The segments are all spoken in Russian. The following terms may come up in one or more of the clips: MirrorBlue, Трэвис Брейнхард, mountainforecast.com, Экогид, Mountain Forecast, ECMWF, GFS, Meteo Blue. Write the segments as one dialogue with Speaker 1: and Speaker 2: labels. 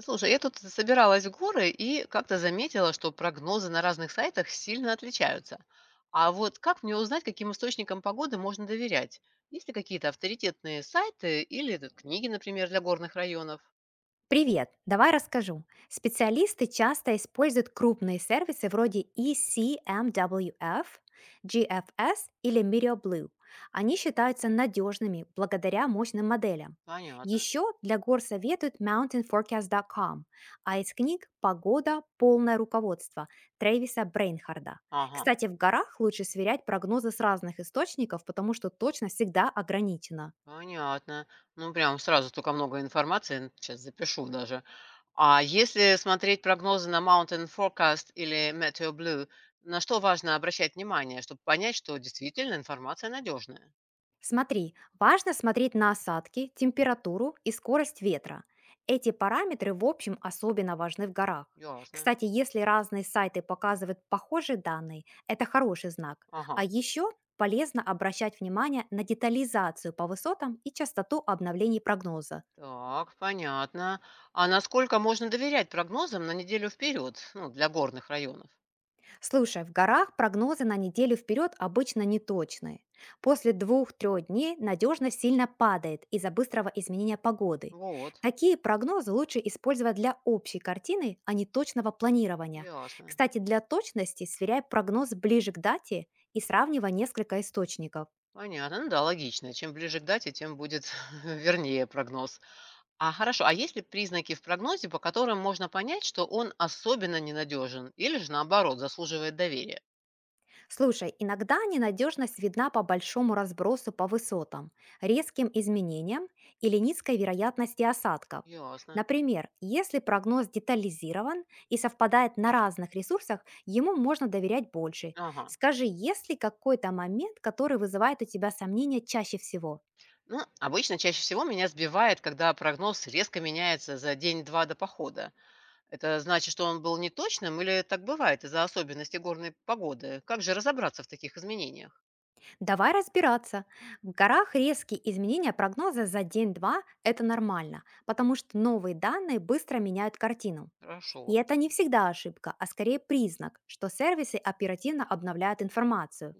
Speaker 1: Слушай, я тут собиралась в горы и как-то заметила, что прогнозы на разных сайтах сильно отличаются. А вот как мне узнать, каким источникам погоды можно доверять? Есть ли какие-то авторитетные сайты или книги, например, для горных районов?
Speaker 2: Привет, давай расскажу. Специалисты часто используют крупные сервисы вроде ECMWF, GFS или MirrorBlue. Они считаются надежными благодаря мощным моделям.
Speaker 1: Понятно.
Speaker 2: Еще для гор советуют mountainforecast.com, а из книг «Погода. Полное руководство» Трэвиса Брейнхарда.
Speaker 1: Ага,
Speaker 2: Кстати, в горах лучше сверять прогнозы с разных источников, потому что точность всегда ограничена.
Speaker 1: понятно. Ну, прям сразу столько много информации, сейчас запишу даже. А если смотреть прогнозы на Mountain Forecast или Meteo Blue, на что важно обращать внимание, чтобы понять, что действительно информация надежная?
Speaker 2: Смотри, важно смотреть на осадки, температуру и скорость ветра. Эти параметры, в общем, особенно важны в горах.
Speaker 1: Ясно.
Speaker 2: Кстати, если разные сайты показывают похожие данные, это хороший знак. А
Speaker 1: Ага.
Speaker 2: еще полезно обращать внимание на детализацию по высотам и частоту обновлений прогноза.
Speaker 1: Так, понятно. А насколько можно доверять прогнозам на неделю вперед, ну, для горных районов?
Speaker 2: Слушай, в горах прогнозы на неделю вперед обычно неточные. После двух-трех дней надежность сильно падает из-за быстрого изменения погоды.
Speaker 1: Вот,
Speaker 2: Такие прогнозы лучше использовать для общей картины, а не точного планирования.
Speaker 1: ясно.
Speaker 2: Кстати, для точности сверяй прогноз ближе к дате и сравнивай несколько источников.
Speaker 1: Понятно, ну да, логично. Чем ближе к дате, тем будет вернее прогноз. А хорошо, а есть ли признаки в прогнозе, по которым можно понять, что он особенно ненадежен или же наоборот заслуживает доверия?
Speaker 2: Слушай, иногда ненадежность видна по большому разбросу по высотам, резким изменениям или низкой вероятности осадков.
Speaker 1: Ясно.
Speaker 2: Например, если прогноз детализирован и совпадает на разных ресурсах, ему можно доверять больше.
Speaker 1: Ага.
Speaker 2: Скажи, есть ли какой-то момент, который вызывает у тебя сомнения чаще всего?
Speaker 1: Ну, обычно чаще всего меня сбивает, когда прогноз резко меняется за день-два до похода. Это значит, что он был неточным или так бывает из-за особенностей горной погоды? Как же разобраться в таких изменениях?
Speaker 2: Давай разбираться. В горах резкие изменения прогноза за день-два – это нормально, потому что новые данные быстро меняют картину.
Speaker 1: Хорошо,
Speaker 2: И это не всегда ошибка, а скорее признак, что сервисы оперативно обновляют информацию.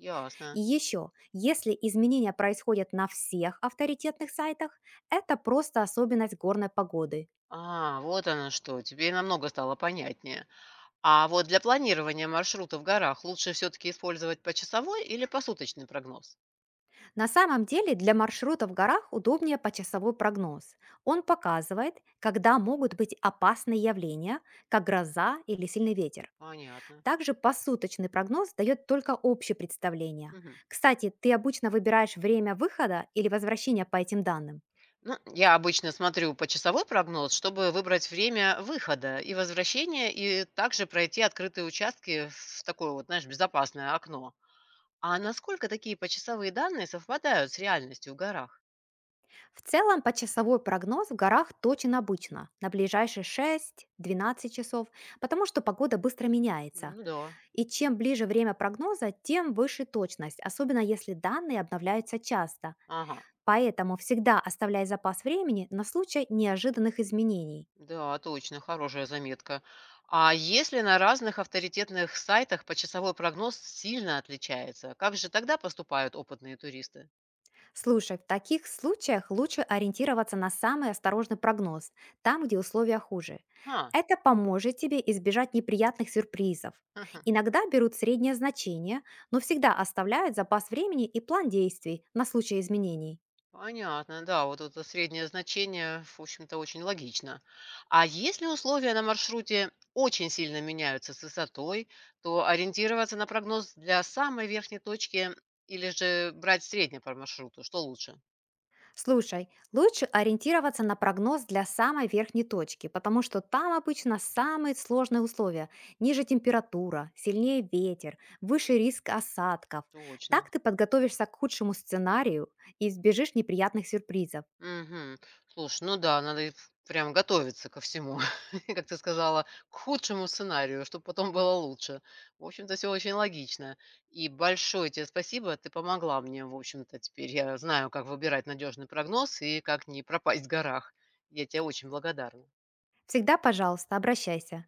Speaker 2: И
Speaker 1: ясно.
Speaker 2: еще, если изменения происходят на всех авторитетных сайтах, это просто особенность горной погоды.
Speaker 1: А, вот оно что, теперь намного стало понятнее. А вот для планирования маршрута в горах лучше все-таки использовать почасовой или посуточный прогноз?
Speaker 2: На самом деле для маршрута в горах удобнее почасовой прогноз. Он показывает, когда могут быть опасные явления, как гроза или сильный ветер.
Speaker 1: Понятно.
Speaker 2: Также посуточный прогноз дает только общее представление.
Speaker 1: Мгм.
Speaker 2: Кстати, ты обычно выбираешь время выхода или возвращения по этим данным.
Speaker 1: Ну, я обычно смотрю почасовой прогноз, чтобы выбрать время выхода и возвращения, и также пройти открытые участки в такое безопасное окно. А насколько такие почасовые данные совпадают с реальностью в горах?
Speaker 2: В целом, почасовой прогноз в горах точен обычно, на ближайшие 6-12 часов, потому что погода быстро меняется.
Speaker 1: Ну да,
Speaker 2: И чем ближе время прогноза, тем выше точность, особенно если данные обновляются часто.
Speaker 1: ага,
Speaker 2: Поэтому всегда оставляй запас времени на случай неожиданных изменений.
Speaker 1: да, точно, хорошая заметка. А если на разных авторитетных сайтах почасовой прогноз сильно отличается, как же тогда поступают опытные туристы?
Speaker 2: Слушай, в таких случаях лучше ориентироваться на самый осторожный прогноз, там, где условия хуже.
Speaker 1: Ха,
Speaker 2: Это поможет тебе избежать неприятных сюрпризов. Иногда берут среднее значение, но всегда оставляют запас времени и план действий на случай изменений.
Speaker 1: Понятно, да, вот это среднее значение, в общем-то, очень логично. А если условия на маршруте очень сильно меняются с высотой, то ориентироваться на прогноз для самой верхней точки или же брать средний по маршруту, что лучше?
Speaker 2: Слушай, лучше ориентироваться на прогноз для самой верхней точки, потому что там обычно самые сложные условия. Ниже температура, сильнее ветер, выше риск осадков.
Speaker 1: Точно.
Speaker 2: Так ты подготовишься к худшему сценарию и избежишь неприятных сюрпризов.
Speaker 1: Мгм. Слушай, ну да, надо и ф прям готовиться ко всему. Как ты сказала, к худшему сценарию, чтобы потом было лучше. В общем-то, все очень логично. И большое тебе спасибо, ты помогла мне, в общем-то. Теперь я знаю, как выбирать надежный прогноз и как не пропасть в горах. Я тебе очень благодарна.
Speaker 2: Всегда, пожалуйста, обращайся.